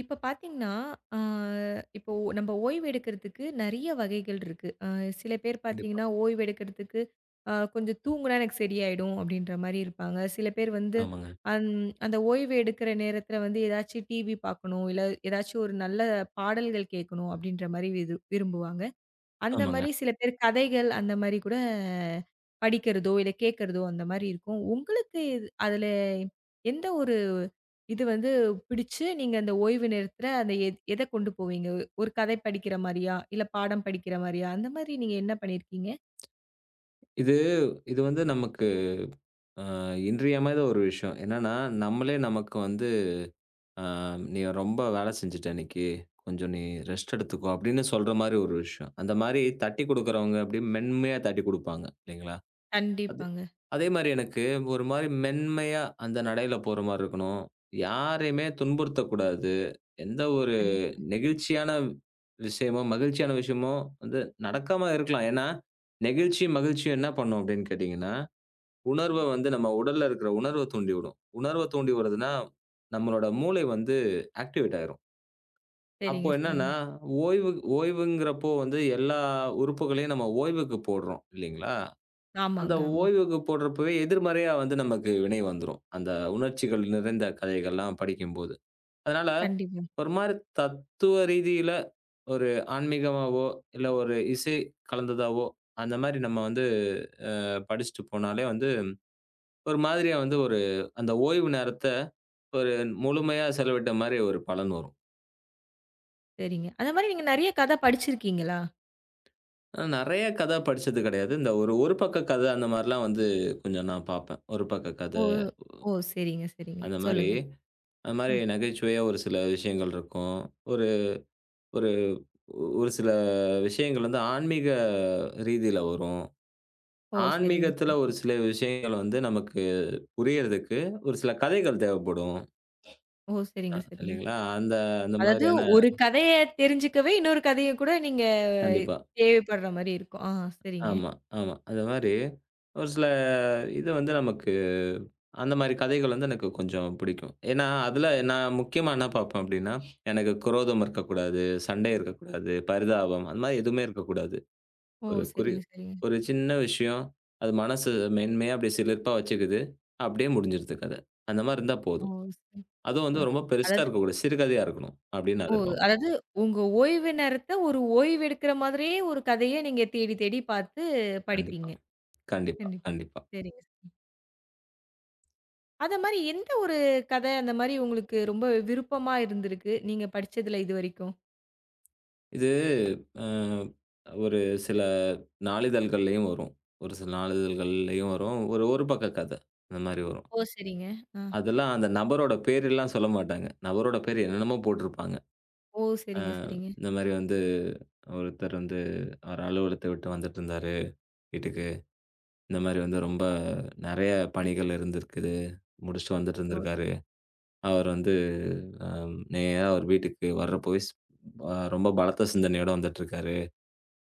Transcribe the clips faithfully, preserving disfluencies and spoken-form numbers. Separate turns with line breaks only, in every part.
இப்ப பார்த்தீங்கன்னா, ஆ இப்போ நம்ம ஓய்வு எடுக்கிறதுக்கு நெறைய வகைகள் இருக்கு. அ சில பேர்
கண்டிப்பா.
பார்த்தீங்கன்னா, ஓய்வு எடுக்கிறதுக்கு அ கொஞ்சம் தூங்குனா எனக்கு சரியாயிடும் அப்படின்ற மாரி இருப்பாங்க. சில பேர் வந்து
ஆமாங்க,
அந் அந்த ஓய்வு எடுக்கிற நேரத்தில வந்து ஏதாச்சும் டிவி பார்க்கணும், இல்ல ஏதாச்சும் ஒரு நல்ல பாடல்கள் கேட்கணும் அப்படின்ற மாரி விது விரும்புவாங்க. அந்த
ஆமாங்க.
மாரி சில பேர் கதைகள், அந்த மாரி கூட படிக்கிறதோ, இல்ல கேட்கிறதோ அந்த மாரி இருக்கும். உங்களுக்கு இது அதுல எந்த ஒரு இது வந்து பிடிச்சு, நீங்க அந்த ஓய்வு நேரத்துல அந்த எ எத கொண்டு போவீங்க? ஒரு கதை படிக்கிற மாரியா? இல்ல பாடம் படிக்கிற மாரியா? அந்த மாரி நீங்க என்ன பண்ணியிருக்கீங்க?
இது இது வந்து நமக்கு அ இன்றியமையாத ஒரு விஷயம். என்னன்னா, நம்மளே நமக்கு வந்து அ "நீ ரொம்ப வேலை செஞ்சுட்ட இன்னைக்கு. கொஞ்சம் நீ ரெஸ்ட் எடுத்துக்கோ" அப்படின்னு சொல்ற மாரி ஒரு விஷயம். அந்த மாரி தட்டி குடுக்குறவங்க அப்படியே மென்மையா தட்டி குடுப்பாங்க இல்லைங்களா? அது
கண்டிப்பாங்க.
அதே மாரி எனக்கு ஒரு மாரி மென்மையா அந்த நடையில போற மாரி இருக்கணும். யாரையுமே துன்புறுத்தக்கூடாது. எந்த ஒரு
கண்டிப்
நெகிழ்ச்சியான விஷயமோ, மகிழ்ச்சியான விஷயமோ வந்து நடக்காம இருக்கலாம். ஏன்னா, நெகிழ்ச்சி, மகிழ்ச்சி என்ன பண்ணும் அப்டின்னு கேட்டீங்கன்னா, உணர்வ வந்து நம்ம உடல்ல இருக்கிற உணர்வ தூண்டிவிடும். உணர்வ தூண்டி விடுதுன்னா, நம்மளோட மூளை வந்து ஆக்டிவேட் ஆயிரும். அப்போ
சரிங்க, சரிங்க.
என்னன்னா, ஓய்வு ஓய்வுங்கிறப்போ வந்து எல்லா உறுப்புகளையும் நம்ம ஓய்வுக்கு போடுறோம் இல்லைங்களா? அந்த
ஆமாங்க, ஆமா.
ஓய்வுக்கு போடுறப்பவே எதிர்மறையா வந்து நமக்கு வினை வந்துரும். அந்த உணர்ச்சிகள் நிறைந்த கதைகள்லாம் படிக்கும்போது. அதனால
கண்டிப்பா.
ஒரு மாரி தத்துவ ரீதியில, ஒரு ஆன்மீகமாவோ, இல்ல ஒரு இசை கலந்ததாவோ, அந்த மாரி நம்ம வந்து படிச்சுட்டு போனாலே வந்து, ஒரு மாதிரியா வந்து ஒரு அந்த ஓய்வு நேரத்த ஒரு முழுமையா செலவிட்ட மாரி ஒரு பலன் வரும்.
சரிங்க. அந்த மாரி நீங்க நெறைய கதை படிச்சிருக்கீங்களா?
நான் நெறைய கத படிச்சது கெடையாது. இந்த ஒரு ஒரு பக்க கத அந்த மாரிலாம் வந்து கொஞ்சம் நான் பாப்பேன். ஒரு பக்க கத
ஓ! ஓ! சரிங்க, சரிங்க.
அந்த மாரி.
சொல்லுங்க.
அந்த மாரி
ம்.
நகைச்சுவையா ஒரு சில விஷயங்கள் இருக்கும். ஒரு ஒரு ஒரு சில விஷயங்கள் வந்து ஆன்மீக ரீதியில வரும்.
ஓ! சரிங்க,
ஆன்மீகத்துல
சரிங்க.
ஒரு சில விஷயங்கள் வந்து நமக்கு புரியறதுக்கு, ஒரு சில கதைகள் தேவைப்படும்.
ஓ!
அ
சரிங்க, சரிங்க.
இல்லைங்களா? அந்த அந்த
அதாவது
மாதிரியான
ஒரு கதைய தெரிஞ்சுக்கவே, இன்னொரு கதைய கூட நீங்க
கண்டிப்பா.
தேவைப்படுற மாரி இருக்கும். ஆ சரிங்க.
ஆமா, ஆமா. அந்த மாரி ஒரு சில இது வந்து நமக்கு அந்த மாரி கதைகள் வந்து எனக்கு கொஞ்சம் பிடிக்கும். ஏன்னா, அதுல நான் முக்கியமா என்ன பார்ப்பேன் அப்டின்னா, எனக்கு குரோதம் இருக்கக்கூடாது, சண்டை இருக்கக்கூடாது, பரிதாபம் அந்த மாரி எதுவுமே இருக்கக்கூடாது.
ஓ!
ஒரு குறி
சரிங்க, சரிங்க.
ஒரு சின்ன விஷயம், அது மனசு மென்மையா அப்டியே சிலிர்ப்பா வச்சுக்குது. அப்டியே முடிஞ்சிருது கத. அந்த மாரி இருந்தா
ஓ!
போதும்.
சரி.
அதுவும்
அ
வந்து ரொம்ப பெருசா
அதாவது
இருக்கக்கூடாது. சிறுகதையா இருக்கணும் அப்படின்னு நான்
ஓ!
எதிர்பார்ப்பேன்.
அதாவது உங்க ஓய்வு நேரத்த ஒரு ஓய்வு எடுக்கிற மாதிரியே ஒரு கதைய நீங்க தேடி, தேடி பார்த்து
கண்டிப்பா,
படிப்பீங்க.
கண்டிப்பா,
கண்டிப்பா.
கண்டிப்பா.
சரிங்க. சரிங்க. அத மாரி எந்த ஒரு கதை அந்த மாரி உங்களுக்கு ரொம்ப விருப்பமா இருந்திருக்கு? நீங்க படிச்சதுல இதுவரைக்கும்?
இது அ ஒரு சில நாளிதழ்கள்லயும் வரும். ஒரு சில நாளிதழ்கள்லயும் வரும். ஒரு ஒரு பக்க கத. அந்த மாரி வரும்.
ஓ! சரிங்க. ஆ.
அதெல்லாம் அந்த நபரோட பேரெல்லாம் சொல்ல மாட்டாங்க. நபரோட பேர் என்னென்னமோ போட்டிருப்பாங்க.
ஓ!
அ
சரிங்க, சரிங்க.
இந்த மாரி வந்து ஒருத்தர் வந்து அவர் அலுவலகத்த விட்டு வந்துட்டுருந்தாரு வீட்டுக்கு. இந்த மாரி வந்து ரொம்ப நெறைய பணிகள் இருந்திருக்குது. முடிச்சுட்டு வந்துட்டு
ஓ!
இருந்திருக்காரு. அவர் வந்து அம் நேரா அவர் வீட்டுக்கு வர்றப்போவே ஸ் அ ரொம்ப பலத்த சிந்தனையோட வந்துட்டுருக்காரு.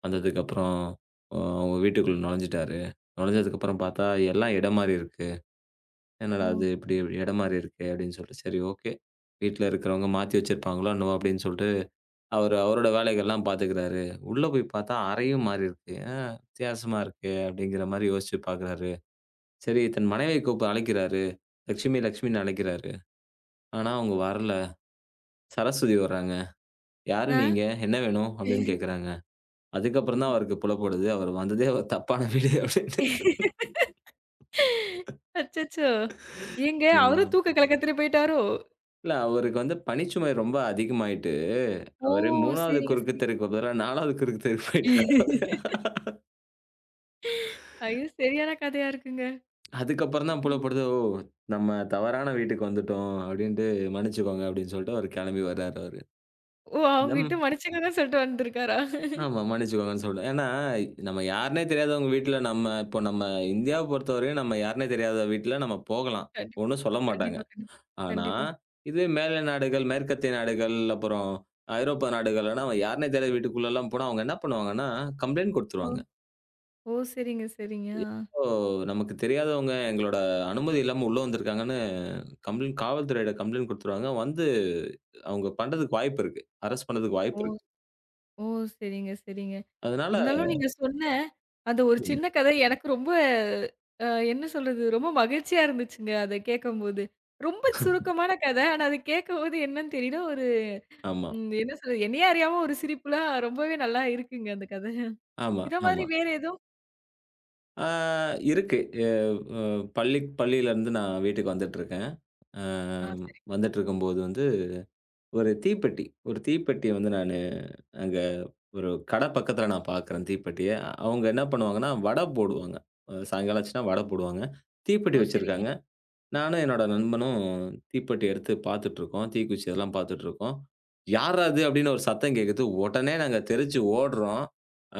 வந்ததுக்கப்புறம் அ அவங்க வீட்டுக்குள்ள நுழைஞ்சுட்டாரு. நுழைஞ்சதுக்கப்புறம் பார்த்தா, எல்லாம் இடம் மாறி இருக்கு.
ஓ!
என்னடா இது இப்படி இடம் மாறி இருக்கே! அப்படின்னு சொல்லிட்டு, சரி ஓகே. வீட்ல இருக்கிறவங்க மாத்தி வச்சிருப்பாங்களோ என்னவோ அப்படின்னு சொல்லிட்டு, அவரு அவரோட வேலைகள்லாம் பார்த்துக்கிறாரு. உள்ள போய் பார்த்தா அறையும் மாறி இருக்கு. ஆ வித்தியாசமா இருக்கே! அப்படிங்கிற மாரி யோசிச்சு பார்க்குறாரு. சரி தன் மனைவிய கூப்ப அழைக்கிறாரு. லட்சுமி லட்சுமின்னு அழைக்கிறாரு. ஆனா அவங்க வரல. சரஸ்வதி வராங்க. "யாரு
ஆ.
நீங்க? என்ன வேணும்?" அப்படின்னு கேட்குறாங்க. அதுக்கப்புறம் தான்
ம்.
அவருக்கு புலப்படுது. அவரு வந்ததே ஒரு தப்பான வீடு அப்படின்னு.
அச்சச்சோ! ஏங்க அவரும்
ம்.
தூக்க கலக்கத்துல போயிட்டாரோ?
இல்ல அவருக்கு வந்து பணிச்சுமை ரொம்ப அதிகமாயிட்டு,
ஓ!
அவரு மூணாவது
சரிங்க,
குறுக்கு
சரி.
தெருவுக்கு பதிலா நாலாவது குறுக்கு தெருக்கு போயிட்டாரு அவரு.
ஐயோ! சரியான கதையா இருக்குங்க.
அதுக்கப்புறம் தான்
ம்.
புலப்படுது, "ஓ! நம்ம தவறான வீட்டுக்கு வந்துட்டோம்" அப்படின்ட்டு "மன்னிச்சுக்கோங்க" அப்படின்னு சொல்லிட்டு அவரு கெளம்பி வர்றாரு அவரு.
ஓ! அவங்ககிட்ட
நம்
மன்னிச்சுக்கங்கன்னு சொல்லிட்டு வந்திருக்காரா?
ஆமா மன்னிச்சுக்கோங்கன்னு சொல்லிட்டு. ஏன்னா நம்ம யாருன்னே தெரியாதவங்க வீட்ல நம்ம இப்போ நம்ம இந்தியாவ பொறுத்தவரையும் நம்ம யாருன்னே தெரியாத வீட்ல நம்ம போகலாம்.
கண்டி
ஒண்ணும் சொல்ல மாட்டாங்க.
கண்டிப்பா, கண்டிப்பா,
ஆனா,
கண்டிப்பா.
இதுவே மேலை நாடுகள், மேற்கத்திய நாடுகள், அப்புறம் ஐரோப்பா நாடுகள்லாம் அவன் யாருன்னே தெரியாத வீட்டுக்குள்ளலாம் போனா, அவங்க என்ன பண்ணுவாங்கன்னா, கம்ப்ளைண்ட்
ஓ!
குடுத்துருவாங்க.
ஓ! சரிங்க, சரிங்க. ஆ.
"யாரோ நமக்கு தெரியாதவங்க எங்களோட அனுமதி இல்லாம உள்ள வந்திருக்காங்கன்னு" கம்ப்ளைண்ட் காவல்துறையிட கம்ப்ளைண்ட் குடுத்துருவாங்க. வந்து அவங்க பண்றதுக்கு வாய்ப்பு இருக்கு. அரெஸ்ட் பண்றதுக்கு வாய்ப்பு
ஓ!
இருக்கு.
ஓ! சரிங்க, சரிங்க.
அதனால
இருந்தாலும் நீங்க சொன்ன அந்த ஒரு சின்ன கதை எனக்கு ரொம்ப அ என்ன சொல்றது? ரொம்ப மகிழ்ச்சியா இருந்துச்சுங்க, அத கேட்கும்போது. ரொம்ப சுருக்கமான கதை. ஆனா, அத கேட்கும்போது என்னன்னு தெரியல. ஒரு
ஆமா,
ம். என்ன சொல்றது? என்னையே அறியாம ஒரு சிரிப்புலாம் ரொம்பவே நல்லா இருக்குங்க அந்த கதை.
ஆமா,
இத மாதிரி
ஆமா.
வேற ஏதோ
ஆ இருக்கு. எ அ பள்ளி பள்ளியிலருந்து நான் வீட்டுக்கு வந்துட்டுருக்கேன். அ
ஆ சரி.
வந்துட்டுருக்கும்போது வந்து ஒரு தீப்பெட்டி. ஒரு தீப்பெட்டிய வந்து நானு அங்க ஒரு கடை பக்கத்துல நான் பார்க்குறேன் தீப்பெட்டிய. அவங்க என்ன பண்ணுவாங்கன்னா, வடை போடுவாங்க. அ சாயங்காலம் ஆச்சுன்னா வடை போடுவாங்க. தீப்பெட்டி
ஓ! சரிங்க.
வச்சிருக்காங்க. நானும் என்னோட நண்பனும் தீப்பெட்டி எடுத்து பார்த்துட்டுருக்கோம். தீக்குச்சி இதெல்லாம் பார்த்துட்டுருக்கோம். "யார்ரா அது?" அப்படின்னு ஒரு சத்தம் கேட்குது. உடனே நாங்க தெறிச்சு ஓடுறோம்.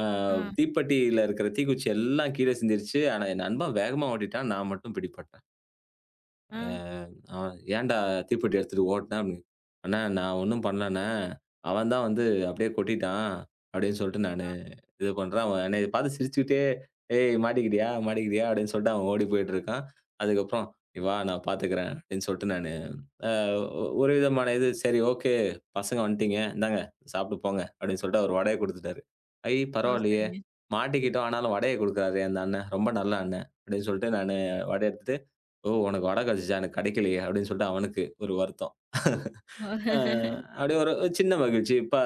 அ
ஆ,
தீப்பெட்டியில இருக்கிற தீக்குச்சி எல்லாம் கீழ சிந்திருச்சு. ஆனா என் நண்பன் வேகமா ஓடிட்டான். நான் மட்டும் பிடிபட்டேன்.
ஆ.
அ அவன் "ஏன்டா தீப்பெட்டி எடுத்துட்டு ஓடுன?" அப்படின்னு. "அண்ணா நான் ஒண்ணும் பண்ணலண்ணே. அவன் தான் வந்து அப்படியே கொட்டிட்டான்." அப்படின்னு சொல்லிட்டு நானு இது பண்றேன். அவன் என்னைய பார்த்து சிரிச்சுக்கிட்டே, "ஏய் மாட்டிக்கிட்டியா? மாட்டிக்கிட்டியா?" அப்படின்னு சொல்லிட்டு அவன் ஓடி போயிட்டு இருக்கான். அதுக்கப்புறம், "நீ வா நான் பார்த்துக்கிறேன்" அப்படின்னு சொல்லிட்டு நானு அ ஒரு விதமான இது, "சரி ஓகே பசங்க வந்துட்டீங்க. இந்தாங்க சாப்பிட்டு போங்க" அப்படின்னு சொல்லிட்டு அவர் வடைய குடுத்துட்டாரு. "ஐ
ஓ!
பரவாயில்லையே!
சரிங்க.
மாட்டிக்கிட்டோம் ஆனாலும் வடைய குடுக்குறாரே அந்த அண்ணன். ரொம்ப நல்ல அண்ணன்" அப்படின்னு சொல்லிட்டு நானு வடைய எடுத்துட்டு ஓ! உனக்கு வடை கிடைச்சுச்சா? எனக்கு கிடைக்கலையே! அப்படின்னு சொல்லிட்டு அவனுக்கு ஒரு வருத்தம். அ
ஓ!
அப்படியே ஒரு ஒரு சின்ன மகிழ்ச்சி. இப்ப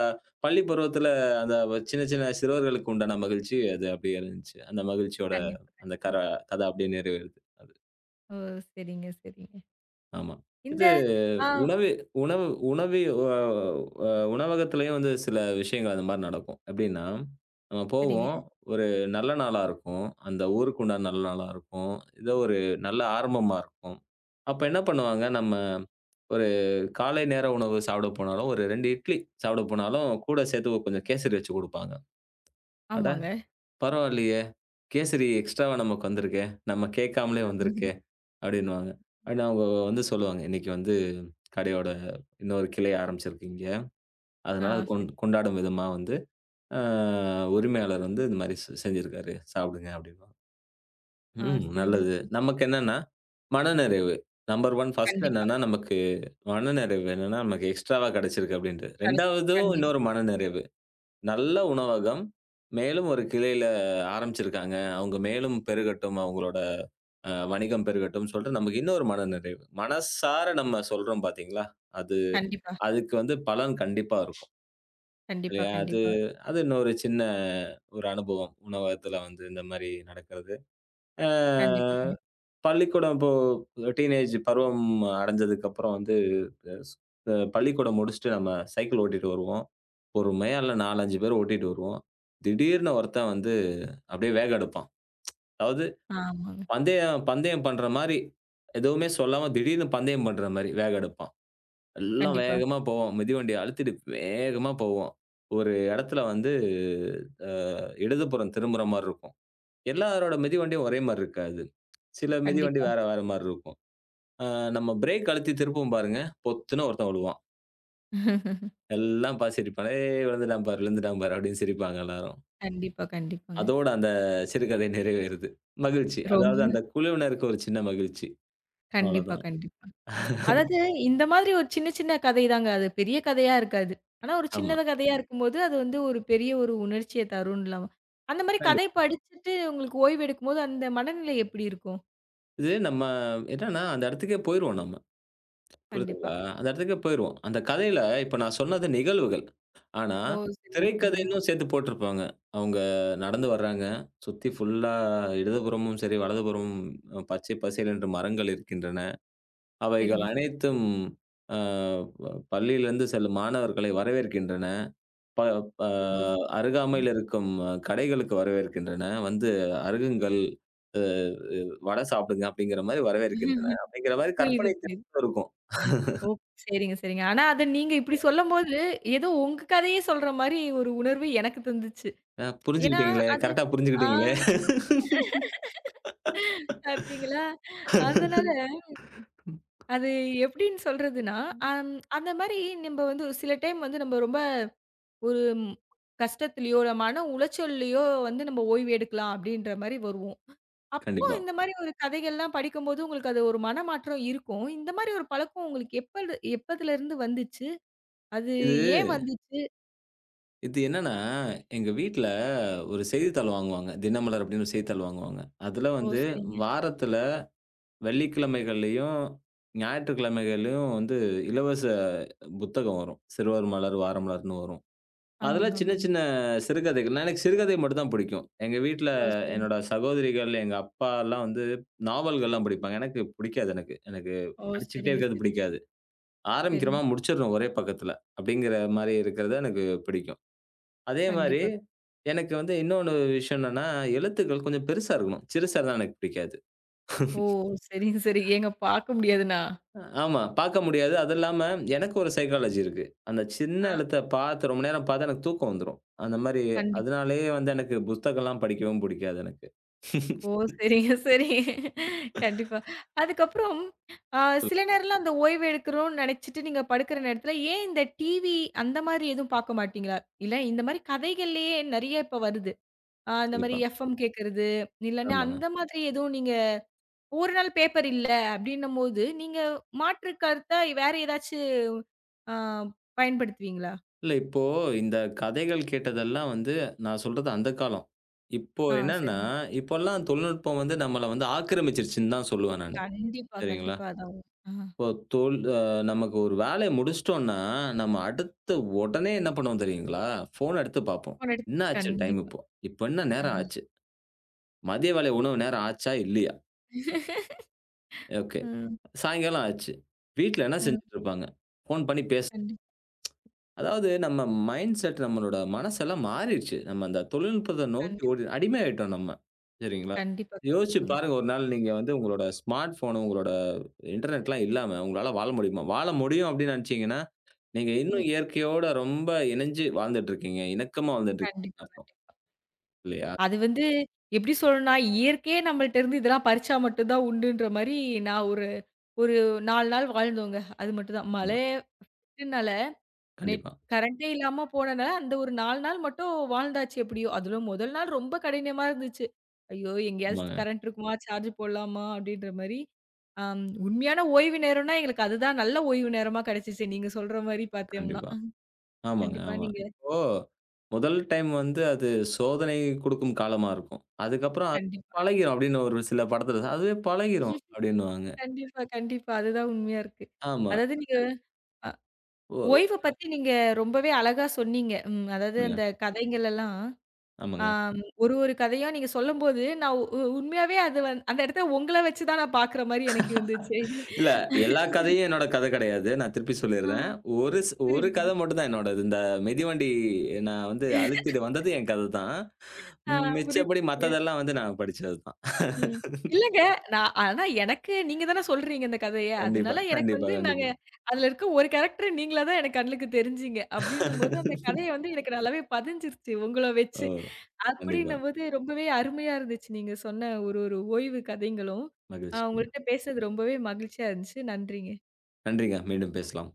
பள்ளி பருவத்தில அந்த சின்ன சின்ன சிறுவர்களுக்கு உண்டான மகிழ்ச்சி அது அப்படியே இருந்துச்சு. அந்த மகிழ்ச்சியோட
கண்டிப்பா,
அந்த
கண்டிப்பா.
கர கதை அப்படியே நிறைவேறுது. அது.
ஓ! சரிங்க, சரிங்க.
ஆமா.
இந்த ஆ
உணவு உணவு உணவு அ அ உணவகத்திலேயும் வந்து சில விஷயங்கள் அந்த மாரி நடக்கும். எப்படின்னா, நம்ம
சரிங்க.
போவோம். ஒரு நல்ல நாளா இருக்கும். அந்த ஊருக்கு உண்டான நல்ல நாளா இருக்கும். ஏதோ ஒரு நல்ல ஆரம்பமா இருக்கும். அப்ப என்ன பண்ணுவாங்க, நம்ம ஒரு காலை நேர உணவு சாப்பிட போனாலும், ஒரு ரெண்டு இட்லி சாப்பிட போனாலும், கூட சேர்த்து ஒரு கொஞ்சம் கேசரி வச்சு குடுப்பாங்க. அட!
ஆமாங்க.
பரவாயில்லையே! கேசரி எக்ஸ்ட்ராவா நமக்கு வந்திருக்கே! நம்ம கேட்காமலே வந்திருக்கே! அப்டின்னுவாங்க. அப்டின்னு அவங்க வந்து சொல்லுவாங்க. இன்னைக்கு வந்து கடையோட இன்னொரு கிளை ஆரம்பிச்சிருக்கீங்க.
ஆ
அதனால அது கொண்
சரி.
கொண்டாடும் விதமா வந்து அ உரிமையாளர் வந்து இந்த மாரி செ செஞ்சிருக்காரு. சாப்பிடுங்க அப்டின்னுவாங்க.
ஆ
ம்
சரிங்க,
நல்லது.
சரிங்க.
நமக்கு என்னன்னா, மனநிறைவு. நம்பர் ஒன்று ஃபர்ஸ்ட்
கண்டிப்பா.
என்னன்னா, நமக்கு மனநிறைவு என்னன்னா, நமக்கு எக்ஸ்ட்ராவா கிடைச்சிருக்கு அப்டின்ட்டு.
கடைசில
ரெண்டாவதும்
கண்டிப்
இன்னொரு மனநிறைவு. நல்ல உணவகம். மேலும் ஒரு கிளையில ஆரம்பிச்சிருக்காங்க. அவங்க மேலும் பெருகட்டும். அவங்களோட அ வணிகம் பெருகட்டும்ன்னு சொல்லிட்டு நமக்கு இன்னொரு மனநிறைவு. மனசார நம்ம சொல்றோம் பார்த்தீங்களா? அது
கண்டிப்பா,
அதுக்கு வந்து பலன் கண்டிப்பா இருக்கும்.
கண்டிப்பா,
இல்லையா? அது
கண்டிப்பா.
அது இன்னொரு சின்ன ஒரு அனுபவம். உணவகத்துல வந்து இந்த மாரி நடக்கிறது. அ
கண்டிப்பா, கண்டிப்பா.
பள்ளிக்கூடம் இப்போ டீனேஜ் பருவம் அடைஞ்சதுக்கப்புறம் வந்து ஸ் அ பள்ளிக்கூடம் முடிச்சுட்டு நம்ம சைக்கிள் ஓட்டிட்டு வருவோம். பொறுமையா இல்ல நாலு, அஞ்சு பேர் ஓட்டிட்டு வருவோம். திடீர்னு ஒருத்தன் வந்து அப்படியே வேகம் எடுப்பான். அதாவது
ஆமாங்க.
பந்தயம் பந்தயம் பண்ற மாரி, எதுவுமே சொல்லாம திடீர்னு பந்தயம் பண்ற மாரி வேகம் எடுப்பான். எல்லாம்
கண்டிப்பா,
வேகமா போவோம். மிதிவண்டிய அழுத்திட்டு வேகமா போவோம். ஒரு இடத்துல வந்து அ இடதுபுறம் திரும்புற மாரி இருக்கும். எல்லாரோட மிதிவண்டியும் ஒரே மாரி இருக்காது. சில மிதிவண்டி
கண்டிப்பா.
வேற வேற மாரி இருக்கும். அ நம்ம பிரேக் அழுத்தி திருப்புவோம் பாருங்க, பொத்துன்னு ஒருத்தன் விழுவான். எல்லாம் பார்த்து சிரிப்பாங்க. "ஏய் விழுந்துட்டான் பாரு, விழுந்துட்டான் பாரு" அப்படின்னு சிரிப்பாங்க எல்லாரும்.
கண்டிப்பா, கண்டிப்பாங்க.
அதோட அந்த சிறுகதை நிறைவேறுது. மகிழ்ச்சி. அதாவது
ரொம்ப
அந்த குழுவினருக்கு ஒரு சின்ன மகிழ்ச்சி.
கண்டிப்பா,
அவ்வளோதான்.
கண்டிப்பா. அதாவது இந்த மாதிரி ஒரு சின்ன சின்ன கதை தாங்க. அது பெரிய கதையா இருக்காது. ஆனா ஒரு
ஆமா.
சின்னத கதையா இருக்கும்போது, அது வந்து ஒரு பெரிய ஒரு உணர்ச்சிய தரும்லாம். அந்த மாரி கதை
கண்டிப்பா.
படிச்சுட்டு உங்களுக்கு ஓய்வு எடுக்கும்போது, அந்த மனநிலை எப்படி இருக்கும்?
இது நம்ம என்னன்னா அந்த இடத்துக்கே போயிருவோம் நம்ம.
கண்டிப்பா.
புரியுதுங்களா? அந்த இடத்துக்கே போயிருவோம். அந்த கதையில இப்ப நான் சொன்னது நிகழ்வுகள். ஆனா
ஓ! சரிங்க, சரிங்க.
திரைக்கதைன்னும் சேர்த்து போட்டிருப்பாங்க. அவங்க நடந்து வர்றாங்க. சுத்தி ஃபுல்லா இடதுபுறமும் சரி, வலதுபுறமும் பச்சை பசேல் என்று மரங்கள் இருக்கின்றன. அவைகள்
சரிங்க.
அனைத்தும் அ ப பள்ளியிலிருந்து செல்லும் மாணவர்களை வரவேற்கின்றன. ப ப
ஓ! சரிங்க, சரிங்க.
அருகாமையில் இருக்கும் அஹ், கடைகளுக்கு வரவேற்கின்றன. வந்து அருகுங்கள், அ வடை சாப்பிடுங்க அப்படிங்கிற மாரி வரவேற்கின்றன. அப்படிங்கிற மாரி
புரியுது,
கற்பனை
புரியுது.
திறன் இருக்கும்.
ஓ! சரிங்க, சரிங்க. ஆனா அத நீங்க இப்படி சொல்லும்போது, ஏதோ உங்க கதையே சொல்ற மாரி ஒரு உணர்வு எனக்கு தந்துச்சு.
அ
ஏன்னா,
புரிஞ்சுக்கிட்டீங்களே,
அது
கரெக்ட்டா
ஆ
புரிஞ்சுக்கிட்டீங்களே.
பார்த்தீங்களா? அதனால அது எப்படின்னு சொல்றதுன்னா, அம் அந்த மாரி நம்ப வந்து ஒரு சில டைம் வந்து நம்ம ரொம்ப ஒரு கஷ்டத்திலயோ, இல்ல மன உளைச்சல்லயோ வந்து நம்ம ஓய்வு எடுக்கலாம் அப்படின்ற மாரி வருவோம். அப்போ
கண்டிப்பா.
இந்த மாரி ஒரு கதைகள்லாம் படிக்கும்போது உங்களுக்கு அது ஒரு மனமாற்றம் இருக்கும். இந்த மாரி ஒரு பழக்கம் உங்களுக்கு எப்பது எப்பதுலருந்து வந்துச்சு? அது
இது
ஏன் வந்துச்சு?
இது என்னன்னா, எங்க வீட்ல ஒரு செய்தித்தாள் வாங்குவாங்க. தினமலர் அப்படின்னு ஒரு செய்தித்தாள் வாங்குவாங்க. அதுல
ஓ!
வந்து
சரிங்க.
வாரத்துல வெள்ளிக்கிழமைகள்லயும், ஞாயிற்றுக்கிழமைகள்லயும் வந்து இலவச புத்தகம் வரும். சிறுவர் மலர், வாரமலர்ன்னு வரும். அதுல
ஆமாங்க,
சின்ன
ஆமாங்க.
சின்ன சிறுகதைகள். நான் எனக்கு சிறுகதை மட்டும் தான் பிடிக்கும். எங்க வீட்ல
ஓ! சரிங்க.
என்னோட சகோதரிகள், எங்க அப்பாலாம் வந்து நாவல்கள்லாம் படிப்பாங்க. எனக்கு பிடிக்காது எனக்கு. எனக்கு
ஓ!
படிச்சுக்கிட்டே
சரிங்க,
இருக்கிறது
சரிங்க,
பிடிக்காது. ஆரம்பிக்கிறோமா,
சரிங்க.
முடிச்சிடணும் ஒரே பக்கத்துல. அப்படிங்கிற மாரி இருக்கிறது எனக்கு பிடிக்கும். அதே மாரி
கண்டிப்பா.
எனக்கு வந்து இன்னொன்னு விஷயம் என்னன்னா, எழுத்துக்கள் கொஞ்சம் பெருசா இருக்கணும். சிறுசா இருந்தா எனக்கு பிடிக்காது.
ஓ! சரிங்க, சரிங்க. ஏங்க பார்க்க முடியாதுண்ணா?
ஆமா. பார்க்க முடியாது. அது இல்லாம எனக்கு ஒரு சைக்காலஜி இருக்கு. அந்த சின்ன
ஆ
எழுத்த பார்த்து ரொம்ப நேரம் பார்த்தா எனக்கு தூக்கம் வந்துரும். அந்த மாரி
கண்டிப்பா.
அதனாலேயே வந்து எனக்கு புத்தகம்லாம் படிக்கவும் பிடிக்காது எனக்கு.
ஓ! சரிங்க, சரி. கண்டிப்பா. அதுக்கப்புறம் அ சில நேரம்லாம் அந்த ஓய்வு எடுக்கிறோம்னு நெனச்சிட்டு நீங்க படுக்கிற நேரத்தில, ஏன் இந்த டிவி அந்த மாரி எதுவும் பார்க்க மாட்டீங்களா? இல்ல இந்த மாரி கதைகள்லயே நெறைய இப்ப வருது. அ அந்த மாரி
கண்டிப்பா.
எஃப்எம் கேட்கிறது, இல்லன்னா
ஆமாங்க.
அந்த மாதிரி எதுவும் நீங்க ஒரு நாள் பேப்பர் இல்ல அப்டின்னும்போது, நீங்க மாற்று கருத்தா வேற ஏதாச்சு அ பயன்படுத்துவீங்களா?
இல்ல இப்போ இந்த கதைகள் கேட்டதெல்லாம் வந்து நான் சொல்றது அந்த காலம். இப்போ
ஆ
என்னன்னா,
சரிங்க.
இப்போலாம் தொழில்நுட்பம் வந்து நம்மள வந்து ஆக்கிரமிச்சிருச்சுன்னு தான் சொல்லுவேன் நானு.
கண்டிப்பா,
சரிங்களா?
கண்டிப்பா. அதான். ஆ.
இப்போ தொல் அ நமக்கு ஒரு வேலைய முடிச்சுட்டோம்னா, நம்ம அடுத்து உடனே என்ன பண்ணுவோம் தெரியுங்களா? ஃபோன் எடுத்து பார்ப்போம்.
போன இடத்
"என்ன ஆச்சு டைம்
கண்டிப்பா.
இப்போ? இப்ப என்ன
அ.
நேரம் ஆச்சு?" மதிய வேலை உணவு நேரம் ஆச்சா? இல்லையா? ஓகே.
ம்,
சாயங்காலம் ஆச்சு. வீட்ல என்ன
ம்.
செஞ்சுட்டு இருப்பாங்க? ஃபோன் பண்ணி பேசு
கண்டிப்பா.
அதாவது நம்ம மைண்ட் செட் நம்மளோட மனசெல்லாம் மாறிடுச்சு. நம்ம அந்த தொழில்நுட்பத்த நோக்கி
கண்டிப்
ஓடி அடிமை ஆயிட்டோம் நம்ம. சரிங்களா?
கண்டிப்பா,
யோசிச்சு
கண்டிப்பாங்க.
பாருங்க ஒரு நாள் நீங்க வந்து உங்களோட ஸ்மார்ட் ஃபோன், உங்களோட இன்டர்நெட்லாம் இல்லாம உங்களால வாழ முடியுமா? வாழ முடியும் அப்டின்னு நெனச்சீங்கன்னா, நீங்க இன்னும் இயற்கையோட ரொம்ப இணஞ்சு வாழ்ந்துட்டு இருக்கீங்க. இணக்கமா வாழ்ந்துட்டு இருக்கீங்கன்னு
கண்டிப்பாங்க.
அர்த்தம். இல்லையா?
அது வந்து எப்படி சொல்லணும்னா, இயற்கையே நம்மள்ட்ட இருந்து இதெல்லாம் பறிச்சா மட்டும் தான் உண்டுன்ற மாரி நான் ஒரு ஒரு நாலு நாள் வாழ்ந்தோங்க. அது மட்டும் தான்.
ஆமா.
மழைனால நெட்
கண்டிப்பா.
கரண்டே இல்லாம போனனால, அந்த ஒரு நாலு நாள் மட்டும் வாழ்ந்தாச்சு எப்படியோ. அதிலும் முதல் நாள் ரொம்ப கடினமா இருந்துச்சு. ஐயோ! எங்கேயாச்சும்
ஆமாங்க.
கரண்ட் இருக்குமா? சார்ஜ் போடலாமா? அப்படின்ற மாரி. அம் உண்மையான ஓய்வு நேரம்னா எங்களுக்கு அதுதான் நல்ல ஓய்வு நேரமா கிடைச்சுச்சு. நீங்க சொல்ற மாரி பார்த்தோம்னா.
கண்டிப்பா. ஆமாங்க,
கண்டிப்பா
ஆமா.
நீங்க
இப்போ முதல் டைம் வந்து அது சோதனை குடுக்கும் காலமா இருக்கும். அதுக்கப்புறம் அது
கண்டிப்பா.
பழகிரும் அப்படின்னு ஒரு சில படத்துல அதுவே பழகிரும் அப்படின்னுவாங்க.
கண்டிப்பா, கண்டிப்பா. அதுதான் உண்மையா இருக்கு.
ஆமா.
அதாவது நீங்க அ
ஓ
ஓய்வ பத்தி நீங்க ரொம்பவே அழகா சொன்னீங்க. ம் அதாவது
ஓகேங்க.
அந்த கதைங்கள் எல்லாம்,
ஆமாங்க.
ஆம் ஒரு ஒரு கதையா நீங்க சொல்லும்போது, நான் உ உ உண்மையாவே அது வந் அந்த இடத்துல உங்கள வச்சு தான் நான் பார்க்குற மாரி எனக்கு இருந்துச்சு.
இல்ல எல்லா கதையும் என்னோட கதை கிடையாது. நான் திருப்பி
ஆ
சொல்லிர்றேன். ஒரு ஸ் ஒரு
புரியுது, புரியுது.
கதை மட்டும் தான் என்னோடது. இந்த மிதிவண்டி நான் வந்து அழுத்திட்டு வந்தது என் கதை தான்.
ஆ
மிச்சபடி
புரியுதுங்க.
மத்ததெல்லாம் வந்து நான் படிச்சது தான்.
ம். இல்லங்க. நான் ஆனா எனக்கு நீங்க தானே சொல்றீங்க இந்த கதைய.
கண்டிப்பா,
அதனால எனக்கு
கண்டிப்பா,
வந்து நாங்க
கண்டிப்பா.
அதுல இருக்க ஒரு கேரக்டர் நீங்களா தான் எனக்கு கண்ணுக்கு தெரிஞ்சீங்க. அப்டின்னும்போது அந்த கதைய வந்து எனக்கு நல்லாவே பதிஞ்சிருச்சு உங்கள
ஓ!
வச்சு.
கண்டிப்பா.
அப்டின்னும்போது ரொம்பவே அருமையா இருந்துச்சு நீங்க சொன்ன ஒரு ஒரு ஓய்வு கதைங்களும். அ
மகிழ்ச்சிங்க.
உங்கள்ட்ட பேசுனது ரொம்பவே மகிழ்ச்சியா இருந்துச்சு. நன்றிங்க.
நன்றிங்க. மீண்டும் பேசலாம்.